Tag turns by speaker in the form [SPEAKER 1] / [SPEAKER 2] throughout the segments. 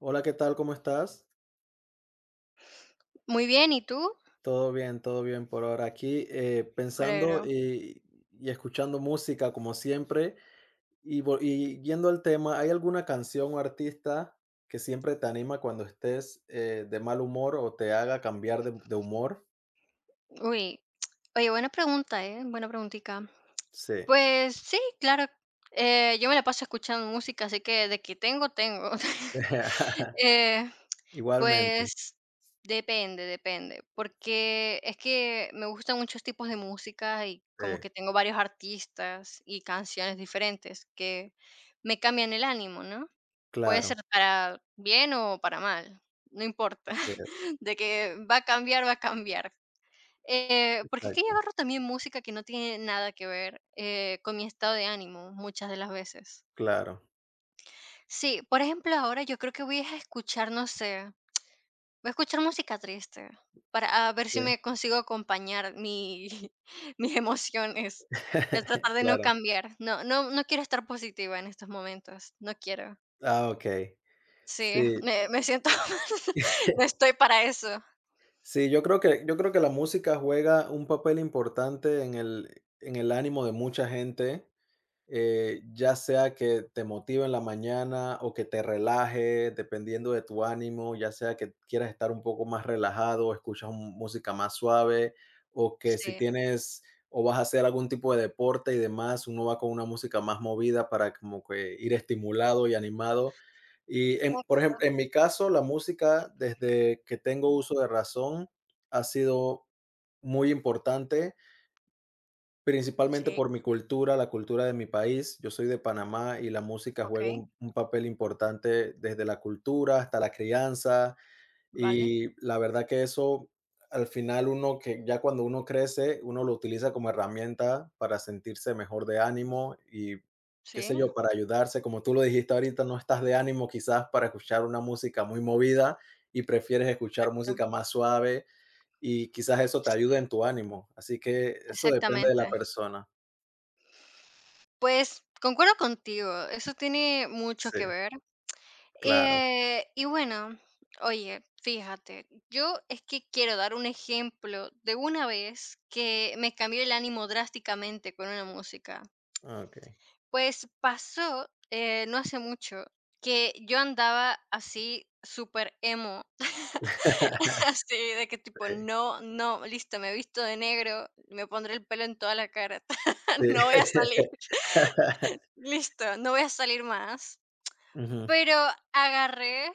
[SPEAKER 1] Hola, ¿qué tal? ¿Cómo estás?
[SPEAKER 2] Muy bien, ¿y tú?
[SPEAKER 1] Todo bien por ahora. Aquí
[SPEAKER 2] Me
[SPEAKER 1] pensando
[SPEAKER 2] alegro.
[SPEAKER 1] y escuchando música como siempre. Y yendo al tema, ¿hay alguna canción o artista que siempre te anima cuando estés de mal humor o te haga cambiar de humor?
[SPEAKER 2] Uy, oye, buena pregunta, ¿eh? Buena preguntica.
[SPEAKER 1] Sí.
[SPEAKER 2] Pues sí, claro, yo me la paso escuchando música, así que de que tengo, tengo. Eh,
[SPEAKER 1] Igualmente,
[SPEAKER 2] pues depende, depende, porque es que me gustan muchos tipos de música y como
[SPEAKER 1] sí,
[SPEAKER 2] que tengo varios artistas y canciones diferentes que me cambian el ánimo, ¿no? Puede ser
[SPEAKER 1] claro.
[SPEAKER 2] para bien o para mal, no importa.
[SPEAKER 1] Así es,
[SPEAKER 2] De que va a cambiar, va a cambiar. Porque es que yo
[SPEAKER 1] exacto,
[SPEAKER 2] agarro también música que no tiene nada que ver con mi estado de ánimo muchas de las veces.
[SPEAKER 1] claro.
[SPEAKER 2] Sí, por ejemplo, ahora yo creo que voy a escuchar, no sé, voy a escuchar música triste para a ver si
[SPEAKER 1] Sí,
[SPEAKER 2] me consigo acompañar mi, mis emociones. Voy a tratar de no
[SPEAKER 1] claro.
[SPEAKER 2] cambiar. No, no, no quiero estar positiva en estos momentos. No quiero.
[SPEAKER 1] Ah, ok.
[SPEAKER 2] Sí,
[SPEAKER 1] Sí.
[SPEAKER 2] me siento. No estoy para eso.
[SPEAKER 1] Sí, yo creo que la música juega un papel importante en el ánimo de mucha gente, ya sea que te motive en la mañana o que te relaje, dependiendo de tu ánimo, ya sea que quieras estar un poco más relajado, escuchas música más suave, o que si
[SPEAKER 2] Sí.
[SPEAKER 1] tienes o vas a hacer algún tipo de deporte y demás, uno va con una música más movida para como que ir estimulado y animado. Y por ejemplo, en mi caso, la música, desde que tengo uso de razón, ha sido muy importante. Principalmente
[SPEAKER 2] Sí,
[SPEAKER 1] por mi cultura, la cultura de mi país. Yo soy de Panamá y la música juega
[SPEAKER 2] ok.
[SPEAKER 1] un papel importante desde la cultura hasta la crianza.
[SPEAKER 2] Vale.
[SPEAKER 1] Y la verdad que eso, al final uno que ya cuando uno crece, uno lo utiliza como herramienta para sentirse mejor de ánimo y qué sé
[SPEAKER 2] Sí,
[SPEAKER 1] yo, para ayudarse. Como tú lo dijiste ahorita, no estás de ánimo quizás para escuchar una música muy movida y prefieres escuchar
[SPEAKER 2] exacto.
[SPEAKER 1] música más suave y quizás eso te
[SPEAKER 2] Sí.
[SPEAKER 1] ayude en tu ánimo. Así que eso depende de
[SPEAKER 2] Exactamente.
[SPEAKER 1] la persona.
[SPEAKER 2] Pues, concuerdo contigo, eso tiene mucho
[SPEAKER 1] Sí,
[SPEAKER 2] que ver.
[SPEAKER 1] claro.
[SPEAKER 2] Y bueno, oye, fíjate, yo es que quiero dar un ejemplo de una vez que me cambió el ánimo drásticamente con una música.
[SPEAKER 1] Okey.
[SPEAKER 2] Pues, pasó, no hace mucho, que yo andaba así súper emo, así de que tipo:
[SPEAKER 1] Sí,
[SPEAKER 2] "No, no, listo, me he visto de negro, me pondré el pelo en toda la cara,
[SPEAKER 1] sí.
[SPEAKER 2] no voy a salir". Listo, no voy a salir más.
[SPEAKER 1] Ujú.
[SPEAKER 2] Pero agarré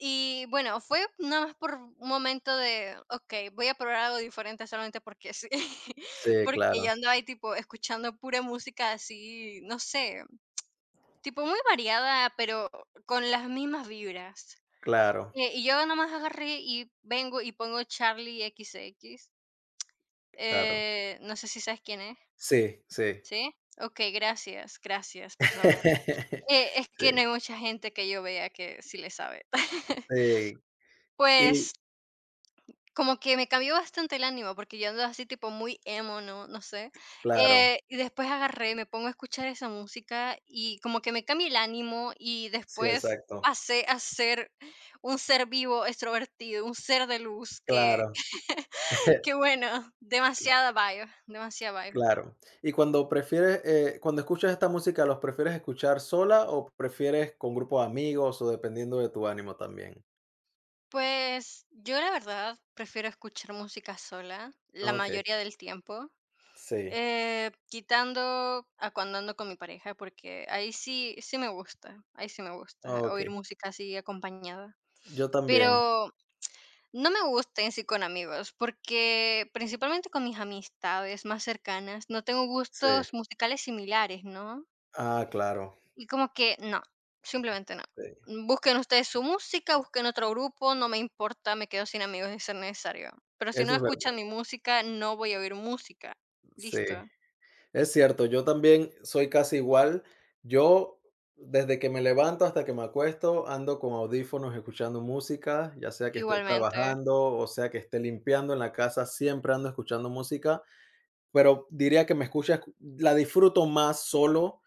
[SPEAKER 2] y bueno, fue nada más por un momento de, okey, voy a probar algo diferente solamente porque sí,
[SPEAKER 1] Sí,
[SPEAKER 2] porque
[SPEAKER 1] claro,
[SPEAKER 2] yo andaba ahí tipo escuchando pura música así, no sé, tipo muy variada, pero con las mismas vibras.
[SPEAKER 1] claro,
[SPEAKER 2] Y yo nada más agarré y vengo y pongo Charlie X X.
[SPEAKER 1] claro.
[SPEAKER 2] No sé si sabes quién es,
[SPEAKER 1] Sí, sí.
[SPEAKER 2] ¿sí? Okey, gracias, gracias por saber. Es que no
[SPEAKER 1] Sí,
[SPEAKER 2] hay mucha gente que yo vea que sí le sabe.
[SPEAKER 1] sí. Y
[SPEAKER 2] Pues, como que me cambió bastante el ánimo, porque yo ando así tipo muy emo, ¿no? No sé.
[SPEAKER 1] claro.
[SPEAKER 2] Y después agarré, me pongo a escuchar esa música y como que me cambia el ánimo y
[SPEAKER 1] Sí,
[SPEAKER 2] después
[SPEAKER 1] exacto.
[SPEAKER 2] pasé a ser un ser vivo, extrovertido, un ser de luz que,
[SPEAKER 1] Claro.
[SPEAKER 2] que bueno,
[SPEAKER 1] Cla
[SPEAKER 2] demasiada vibe, demasiada vibe.
[SPEAKER 1] claro. Y cuando prefieres, cuando escuchas esta música, ¿los prefieres escuchar sola o prefieres con grupo de amigos o dependiendo de tu ánimo también?
[SPEAKER 2] Pues yo la verdad prefiero escuchar música sola la
[SPEAKER 1] Okey.
[SPEAKER 2] mayoría del tiempo.
[SPEAKER 1] Sí.
[SPEAKER 2] Quitando a cuando ando con mi pareja, porque ahí sí sí me gusta, ahí sí me gusta oír
[SPEAKER 1] Okey.
[SPEAKER 2] música así acompañada.
[SPEAKER 1] Yo también.
[SPEAKER 2] Pero no me gusta en sí con amigos, porque principalmente con mis amistades más cercanas, no tengo
[SPEAKER 1] Sí.
[SPEAKER 2] gustos musicales similares, ¿no?
[SPEAKER 1] Ah, claro.
[SPEAKER 2] Y como que no, simplemente no.
[SPEAKER 1] Sí.
[SPEAKER 2] Busquen ustedes su música, busquen otro grupo, no me importa, me quedo sin amigos de ser necesario. Pero si no
[SPEAKER 1] Eso es verdad,
[SPEAKER 2] escuchan mi música, no voy a oír música.
[SPEAKER 1] sí.
[SPEAKER 2] Listo.
[SPEAKER 1] Es cierto, yo también soy casi igual. Yo, desde que me levanto hasta que me acuesto, ando con audífonos escuchando música, ya sea que estoy
[SPEAKER 2] Igualmente.
[SPEAKER 1] trabajando o sea que esté limpiando en la casa, siempre ando escuchando música, pero diría que la disfruto más solo.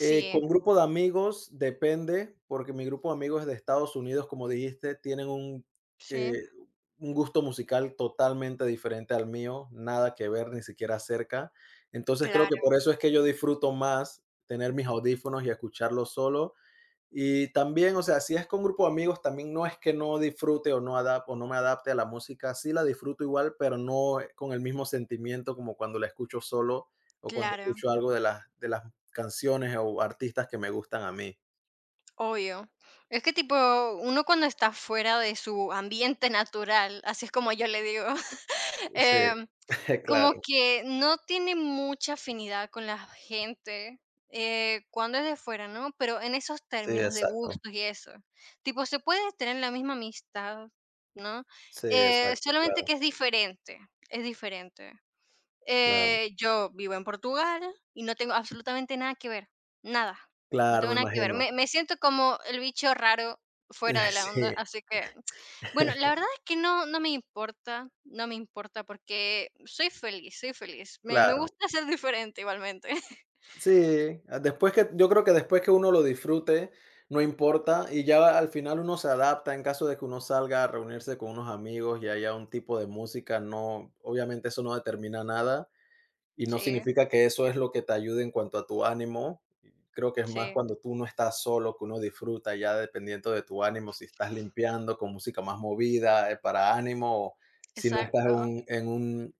[SPEAKER 1] Eh, con grupo de amigos depende, porque mi grupo de amigos de Estados Unidos, como dijiste, tienen eh,
[SPEAKER 2] sí,
[SPEAKER 1] un gusto musical totalmente diferente al mío, nada que ver, ni siquiera cerca. Entonces creo que
[SPEAKER 2] claro,
[SPEAKER 1] por eso es que yo disfruto más tener mis audífonos y escucharlo solo y también, o sea, si es con grupo de amigos, también no es que no disfrute o no me adapte a la música, sí la disfruto igual, pero no con el mismo sentimiento como cuando la escucho solo o cuando
[SPEAKER 2] claro,
[SPEAKER 1] escucho algo de las canciones o artistas que me gustan a mí.
[SPEAKER 2] obvio. Es que tipo, uno cuando está fuera de su ambiente natural, así es como yo le digo,
[SPEAKER 1] Sí,
[SPEAKER 2] em,
[SPEAKER 1] claro,
[SPEAKER 2] como que no tiene mucha afinidad con la gente cuando es de fuera, ¿no? Pero en esos
[SPEAKER 1] sí,
[SPEAKER 2] términos de
[SPEAKER 1] exacto.
[SPEAKER 2] gustos y eso, tipo, se puede tener la misma amistad, ¿no?
[SPEAKER 1] Sí,
[SPEAKER 2] Eh,
[SPEAKER 1] exacto,
[SPEAKER 2] solamente
[SPEAKER 1] claro,
[SPEAKER 2] que es diferente, es diferente.
[SPEAKER 1] claro,
[SPEAKER 2] Yo vivo en Portugal y no tengo absolutamente nada que ver, nada, no
[SPEAKER 1] claro,
[SPEAKER 2] tengo
[SPEAKER 1] me
[SPEAKER 2] nada que ver.
[SPEAKER 1] imagino.
[SPEAKER 2] Me siento como el bicho raro fuera de la
[SPEAKER 1] Sí,
[SPEAKER 2] onda, así que, bueno, la verdad es que no no me importa, no me importa porque soy feliz, soy feliz. Me
[SPEAKER 1] claro.
[SPEAKER 2] gusta ser diferente igualmente.
[SPEAKER 1] Sí, ah, después que yo creo que después que uno lo disfrute, no importa, y ya al final uno se adapta en caso de que uno salga a reunirse con unos amigos y haya un tipo de música, no, obviamente eso no determina nada y no
[SPEAKER 2] Sí,
[SPEAKER 1] significa que eso es lo que te ayude en cuanto a tu ánimo. Creo que es más
[SPEAKER 2] sí,
[SPEAKER 1] cuando tú no estás solo, que uno disfruta ya dependiendo de tu ánimo, si estás limpiando con música más movida, para ánimo, o si no estás en
[SPEAKER 2] exacto.
[SPEAKER 1] un, en un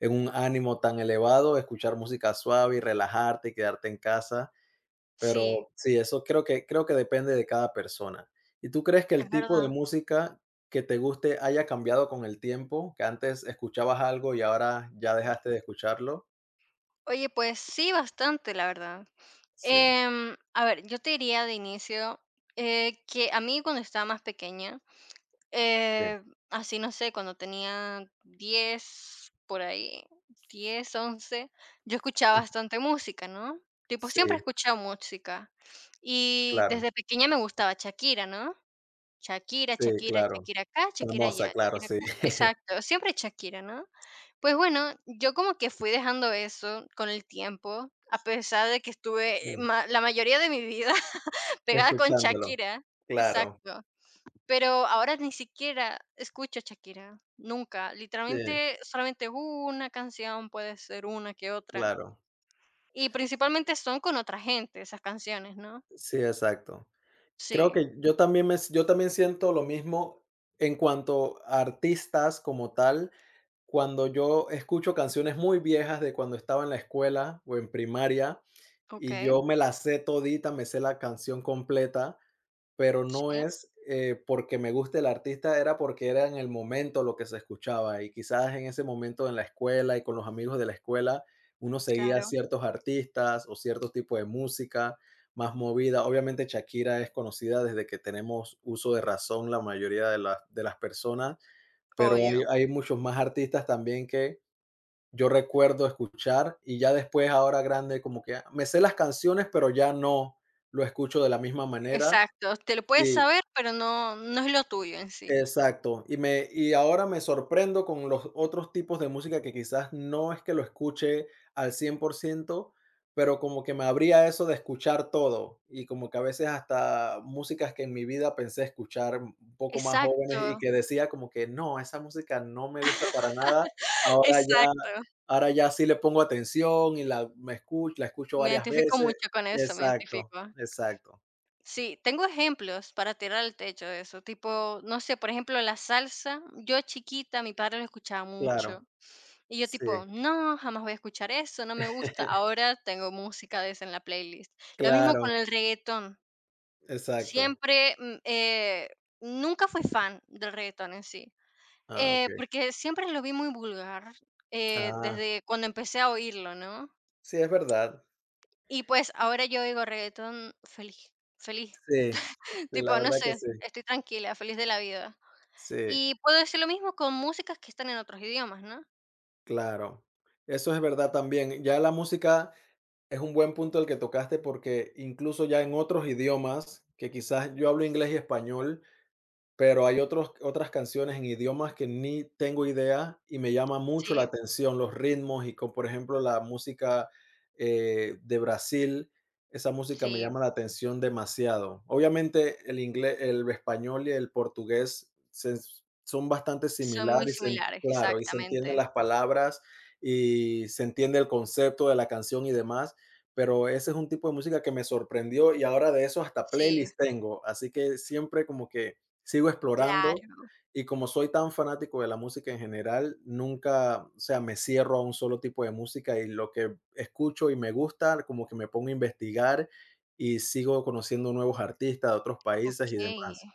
[SPEAKER 1] en un ánimo tan elevado, escuchar música suave y relajarte y quedarte en casa,
[SPEAKER 2] Sí,
[SPEAKER 1] pero sí, eso creo que depende de cada persona. ¿Y tú crees que
[SPEAKER 2] es
[SPEAKER 1] el tipo de
[SPEAKER 2] verdad.
[SPEAKER 1] música que te guste haya cambiado con el tiempo? Que antes escuchabas algo y ahora ya dejaste de escucharlo.
[SPEAKER 2] Oye, pues sí, bastante, la verdad.
[SPEAKER 1] Sí,
[SPEAKER 2] A ver, yo te diría de inicio, que a mí cuando estaba más pequeña.
[SPEAKER 1] sí,
[SPEAKER 2] Eh, así, no sé, cuando tenía 10 por ahí, 10 11 yo escuchaba
[SPEAKER 1] ujú,
[SPEAKER 2] bastante música, ¿no? Tipo,
[SPEAKER 1] sí,
[SPEAKER 2] siempre he escuchado música. Y
[SPEAKER 1] claro,
[SPEAKER 2] desde pequeña me gustaba Shakira, ¿no? Shakira,
[SPEAKER 1] sí,
[SPEAKER 2] Shakira,
[SPEAKER 1] claro.
[SPEAKER 2] Shakira acá, Shakira allá,
[SPEAKER 1] Famosa, claro,
[SPEAKER 2] Shakira
[SPEAKER 1] sí.
[SPEAKER 2] acá. Exacto, siempre Shakira, ¿no? Pues bueno, yo como que fui dejando eso con el tiempo, a pesar de que estuve
[SPEAKER 1] Sí,
[SPEAKER 2] la mayoría de mi vida pegada con
[SPEAKER 1] escuchándolo.
[SPEAKER 2] Shakira.
[SPEAKER 1] Claro,
[SPEAKER 2] Exacto. Pero ahora ni siquiera escucho a Shakira, nunca.
[SPEAKER 1] sí,
[SPEAKER 2] Literalmente, solamente una canción, puede ser una que otra.
[SPEAKER 1] claro.
[SPEAKER 2] Y principalmente son con otra gente esas canciones, ¿no?
[SPEAKER 1] Sí, exacto. Creo
[SPEAKER 2] Sí,
[SPEAKER 1] que yo también siento lo mismo en cuanto a artistas como tal. Cuando yo escucho canciones muy viejas de cuando estaba en la escuela o en primaria, y
[SPEAKER 2] okey,
[SPEAKER 1] yo me la sé todita, me sé la canción completa, pero no
[SPEAKER 2] sí,
[SPEAKER 1] es, porque me guste el artista, era porque era en el momento lo que se escuchaba, y quizás en ese momento en la escuela y con los amigos de la escuela, uno seguía
[SPEAKER 2] claro,
[SPEAKER 1] ciertos artistas o cierto tipo de música más movida. Obviamente, Shakira es conocida desde que tenemos uso de razón la mayoría de las personas, pero hay
[SPEAKER 2] obvio.
[SPEAKER 1] hay muchos más artistas también que yo recuerdo escuchar, y ya después, ahora grande, como que ah, me sé las canciones, pero ya no lo escucho de la misma manera.
[SPEAKER 2] Exacto, te lo puedes
[SPEAKER 1] Sí.
[SPEAKER 2] saber, pero no no es lo tuyo en sí.
[SPEAKER 1] Exacto, y ahora me sorprendo con los otros tipos de música que quizás no es que lo escuche al 100%, pero como que me abría eso de escuchar todo, y como que a veces hasta músicas que en mi vida pensé escuchar un poco más
[SPEAKER 2] Exacto,
[SPEAKER 1] jóvenes y que decía como que: "No, esa música no me gusta para nada", ahora ya
[SPEAKER 2] exacto.
[SPEAKER 1] ahora ya sí le pongo atención y la escucho
[SPEAKER 2] Me
[SPEAKER 1] varias
[SPEAKER 2] identifico
[SPEAKER 1] veces.
[SPEAKER 2] mucho con eso, me
[SPEAKER 1] Exacto,
[SPEAKER 2] identifico.
[SPEAKER 1] exacto,
[SPEAKER 2] Sí, tengo ejemplos para tirar al techo de eso, tipo, no sé, por ejemplo, la salsa, yo chiquita, mi padre lo escuchaba mucho
[SPEAKER 1] claro,
[SPEAKER 2] y yo
[SPEAKER 1] sí,
[SPEAKER 2] tipo, no, jamás voy a escuchar eso, no me gusta, ahora tengo música de esa en la playlist. Lo mismo con
[SPEAKER 1] claro,
[SPEAKER 2] el reggaetón,
[SPEAKER 1] exacto.
[SPEAKER 2] siempre, nunca fui fan del reggaetón en sí,
[SPEAKER 1] Ah, okey.
[SPEAKER 2] porque siempre lo vi muy vulgar
[SPEAKER 1] Ah,
[SPEAKER 2] desde cuando empecé a oírlo, ¿no?
[SPEAKER 1] sí, es verdad.
[SPEAKER 2] Y pues ahora yo oigo reggaetón feliz, feliz.
[SPEAKER 1] Sí, sí, la
[SPEAKER 2] Tipo, no
[SPEAKER 1] verdad que
[SPEAKER 2] sé,
[SPEAKER 1] sí.
[SPEAKER 2] estoy tranquila, feliz de la vida.
[SPEAKER 1] Sí,
[SPEAKER 2] Y puedo decir lo mismo con músicas que están en otros idiomas, ¿no?
[SPEAKER 1] claro. Eso es verdad también. Ya la música es un buen punto el que tocaste, porque incluso ya en otros idiomas, que quizás yo hablo inglés y español. Pero hay otros otras canciones en idiomas que ni tengo idea y me llama mucho la
[SPEAKER 2] Sí,
[SPEAKER 1] atención los ritmos y con, por ejemplo, la música, de Brasil, esa música me
[SPEAKER 2] sí,
[SPEAKER 1] llama la atención demasiado. Obviamente, el inglés el español y el portugués se son bastante
[SPEAKER 2] son muy
[SPEAKER 1] similares en
[SPEAKER 2] similares,
[SPEAKER 1] claro, y se entienden
[SPEAKER 2] exactamente.
[SPEAKER 1] las palabras y se entiende el concepto de la canción y demás, pero ese es un tipo de música que me sorprendió y ahora de eso hasta
[SPEAKER 2] Sí,
[SPEAKER 1] playlist tengo, así que siempre como que sigo explorando
[SPEAKER 2] claro.
[SPEAKER 1] y como soy tan fanático de la música en general, nunca, o sea, me cierro a un solo tipo de música y lo que escucho y me gusta, como que me pongo a investigar y sigo conociendo nuevos artistas de otros países y
[SPEAKER 2] Okey,
[SPEAKER 1] demás.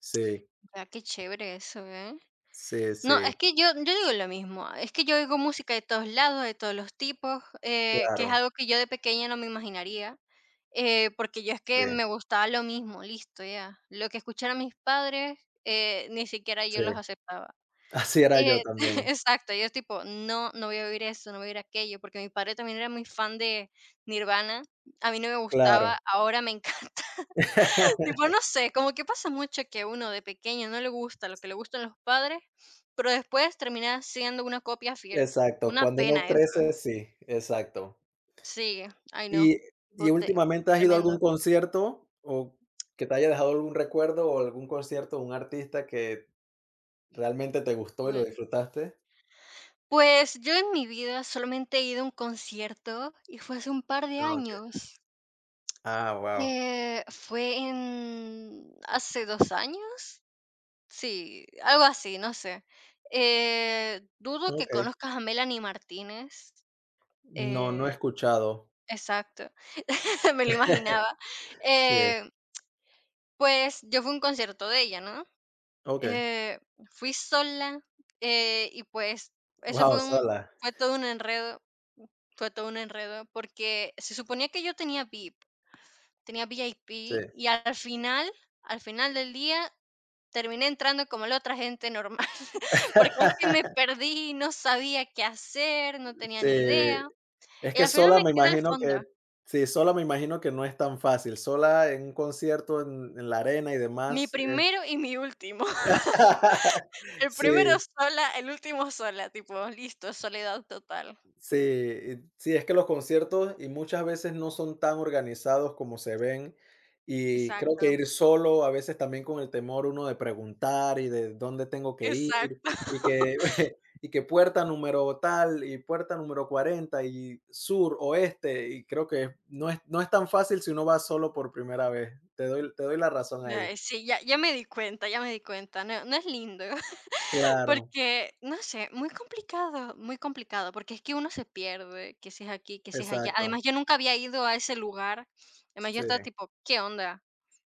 [SPEAKER 1] Sí,
[SPEAKER 2] ya, qué chévere eso, ¿eh?
[SPEAKER 1] sí,
[SPEAKER 2] No,
[SPEAKER 1] sí,
[SPEAKER 2] es que yo digo lo mismo, es que yo oigo música de todos lados, de todos los tipos, que es
[SPEAKER 1] claro,
[SPEAKER 2] algo que yo de pequeña no me imaginaría, porque yo es que
[SPEAKER 1] sí,
[SPEAKER 2] me gustaba lo mismo, listo, ya. Lo que escucharon mis padres, ni siquiera
[SPEAKER 1] sí.
[SPEAKER 2] yo los aceptaba.
[SPEAKER 1] Así era yo
[SPEAKER 2] Eh,
[SPEAKER 1] también,
[SPEAKER 2] exacto, yo tipo, no, no voy a oír eso, no voy a oír aquello, porque mi padre también era muy fan de Nirvana, a mí no me gustaba,
[SPEAKER 1] claro.
[SPEAKER 2] ahora me encanta. Tipo, no sé, como que pasa mucho que uno de pequeño no le gusta lo que le gustan los padres, pero después termina siendo una copia fiel.
[SPEAKER 1] Exacto,
[SPEAKER 2] Una
[SPEAKER 1] cuando uno
[SPEAKER 2] pena eso.
[SPEAKER 1] crece, sí, exacto.
[SPEAKER 2] Sí, ay no,
[SPEAKER 1] Y y
[SPEAKER 2] bote,
[SPEAKER 1] últimamente, ¿has ido a
[SPEAKER 2] tremendo.
[SPEAKER 1] algún concierto o que te haya dejado algún recuerdo o algún concierto, de un artista que realmente te gustó y lo
[SPEAKER 2] Uy.
[SPEAKER 1] disfrutaste?
[SPEAKER 2] Pues yo en mi vida solamente he ido a un concierto y fue hace un par de
[SPEAKER 1] Ah, okey.
[SPEAKER 2] años.
[SPEAKER 1] Ah, guau.
[SPEAKER 2] Fue en hace 2 años, sí, algo así, no sé. Dudo que
[SPEAKER 1] Okey.
[SPEAKER 2] conozcas a Melanie Martínez,
[SPEAKER 1] No, no he
[SPEAKER 2] eh,
[SPEAKER 1] escuchado.
[SPEAKER 2] exacto, me lo imaginaba.
[SPEAKER 1] Sí,
[SPEAKER 2] Eh, pues, yo fui a un concierto de ella, ¿no?
[SPEAKER 1] okey.
[SPEAKER 2] Eh, fui sola, y pues, eso
[SPEAKER 1] Guau, sola.
[SPEAKER 2] fue todo un enredo, fue todo un enredo, porque se suponía que yo tenía VIP, tenía
[SPEAKER 1] Sí.
[SPEAKER 2] VIP y al final del día terminé entrando como la otra gente normal, porque es que me perdí, no sabía qué hacer, no tenía
[SPEAKER 1] Sí,
[SPEAKER 2] ni idea,
[SPEAKER 1] es
[SPEAKER 2] y
[SPEAKER 1] que
[SPEAKER 2] al final
[SPEAKER 1] sola
[SPEAKER 2] me
[SPEAKER 1] me
[SPEAKER 2] quedé al
[SPEAKER 1] imagino
[SPEAKER 2] fondo.
[SPEAKER 1] que sí, sola me imagino que no es tan fácil. Sola en un concierto en la arena y
[SPEAKER 2] Mi
[SPEAKER 1] demás es
[SPEAKER 2] primero y mi último. El primero
[SPEAKER 1] sí.
[SPEAKER 2] sola, el último sola, tipo, listo, soledad total.
[SPEAKER 1] Sí, y sí, es que los conciertos y muchas veces no son tan organizados como se ven, y creo que
[SPEAKER 2] Exacto,
[SPEAKER 1] ir solo, a veces también con el temor uno de preguntar y de dónde tengo que ir,
[SPEAKER 2] exacto.
[SPEAKER 1] y que y que puerta número tal, y puerta número 40 y sur, oeste, y creo que no es tan fácil si uno va solo por primera vez. Te doy la razón ahí.
[SPEAKER 2] Ay, sí, ya ya me di cuenta, ya me di cuenta, no no es lindo.
[SPEAKER 1] Claro,
[SPEAKER 2] Porque, no sé, muy complicado, porque es que uno se pierde, que si es aquí, que si es allá.
[SPEAKER 1] exacto.
[SPEAKER 2] Además, yo nunca había ido a ese lugar. Además, yo
[SPEAKER 1] Sí.
[SPEAKER 2] estaba tipo, ¿qué onda?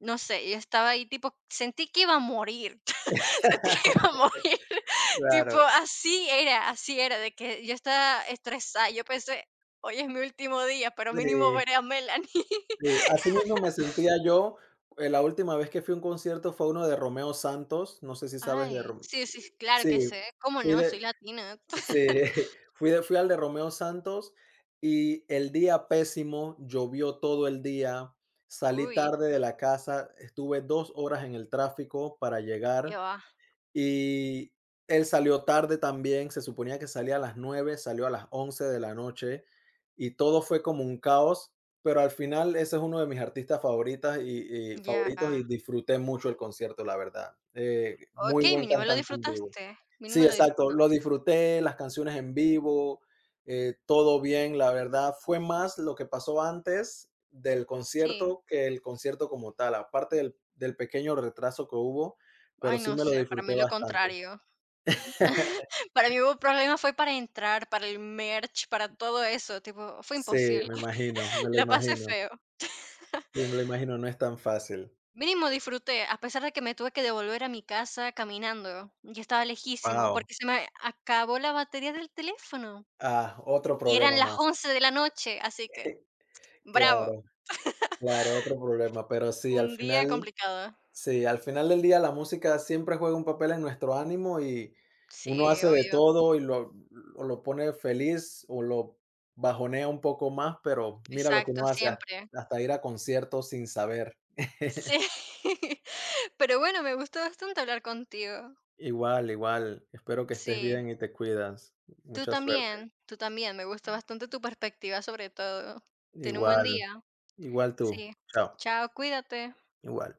[SPEAKER 2] No sé, yo estaba ahí tipo, sentí que iba a morir, sentí que iba a morir. Tipo,
[SPEAKER 1] Claro,
[SPEAKER 2] así era, de que yo estaba estresada. Yo pensé, hoy es mi último día, pero mínimo
[SPEAKER 1] sí.
[SPEAKER 2] veré a Melanie.
[SPEAKER 1] Sí, así mismo me sentía yo, la última vez que fui a un concierto fue uno de Romeo Santos, no sé si sabes de
[SPEAKER 2] Ay,
[SPEAKER 1] Rom
[SPEAKER 2] sí, sí, claro
[SPEAKER 1] sí,
[SPEAKER 2] que sé. ¿Cómo
[SPEAKER 1] fui
[SPEAKER 2] no? Soy
[SPEAKER 1] de
[SPEAKER 2] latina.
[SPEAKER 1] sí, fui al de Romeo Santos y el día pésimo, llovió todo el día, salí
[SPEAKER 2] Uy,
[SPEAKER 1] tarde de la casa, estuve 2 horas en el tráfico para
[SPEAKER 2] qué
[SPEAKER 1] llegar.
[SPEAKER 2] va.
[SPEAKER 1] Y él salió tarde también, se suponía que salía a las 9, salió a las 11 de la noche y todo fue como un caos, pero al final ese es uno de mis artistas favoritas y
[SPEAKER 2] Ya.
[SPEAKER 1] favoritos y disfruté mucho el concierto, la verdad. Muy
[SPEAKER 2] Okey,
[SPEAKER 1] buen
[SPEAKER 2] mínimo lo
[SPEAKER 1] cantante en vivo.
[SPEAKER 2] disfrutaste,
[SPEAKER 1] Sí,
[SPEAKER 2] mínimo lo
[SPEAKER 1] exacto, lo
[SPEAKER 2] disfrutaste.
[SPEAKER 1] disfruté, las canciones en vivo, todo bien, la verdad. Fue más lo que pasó antes del
[SPEAKER 2] Sí.
[SPEAKER 1] concierto que el concierto como tal, aparte del pequeño retraso que hubo. Pero
[SPEAKER 2] Ay,
[SPEAKER 1] sí
[SPEAKER 2] no
[SPEAKER 1] me lo
[SPEAKER 2] sé, para
[SPEAKER 1] disfruté
[SPEAKER 2] mí lo
[SPEAKER 1] bastante.
[SPEAKER 2] contrario. Para mí hubo problema fue para entrar, para el merch, para todo eso, tipo, fue
[SPEAKER 1] Sí,
[SPEAKER 2] imposible.
[SPEAKER 1] me imagino, me lo
[SPEAKER 2] La pasé
[SPEAKER 1] imagino.
[SPEAKER 2] feo.
[SPEAKER 1] Sí, me lo imagino, no es tan fácil.
[SPEAKER 2] Mínimo disfruté, a pesar de que me tuve que devolver a mi casa caminando, y estaba lejísimo,
[SPEAKER 1] Guau.
[SPEAKER 2] porque se me acabó la batería del teléfono,
[SPEAKER 1] Ah, otro
[SPEAKER 2] y eran
[SPEAKER 1] problema
[SPEAKER 2] las
[SPEAKER 1] más.
[SPEAKER 2] 11 de la noche, así que bravo,
[SPEAKER 1] Claro, claro, otro problema, pero
[SPEAKER 2] un día complicado.
[SPEAKER 1] sí, al final del día la música siempre juega un papel en nuestro ánimo y uno
[SPEAKER 2] Sí,
[SPEAKER 1] hace de
[SPEAKER 2] obvio.
[SPEAKER 1] todo y lo o lo pone feliz o lo bajonea un poco más, pero mira lo que uno
[SPEAKER 2] Exacto,
[SPEAKER 1] hace,
[SPEAKER 2] siempre.
[SPEAKER 1] hasta ir a conciertos sin saber.
[SPEAKER 2] Sí, pero bueno, me gustó bastante hablar contigo.
[SPEAKER 1] Igual, igual. Espero que estés
[SPEAKER 2] Sí,
[SPEAKER 1] bien y te cuidas. Mucha suerte.
[SPEAKER 2] tú también, me gusta bastante tu perspectiva sobre todo. Ten un buen
[SPEAKER 1] Igual,
[SPEAKER 2] día.
[SPEAKER 1] igual tú.
[SPEAKER 2] Sí.
[SPEAKER 1] Chao.
[SPEAKER 2] Chao, cuídate.
[SPEAKER 1] Igual.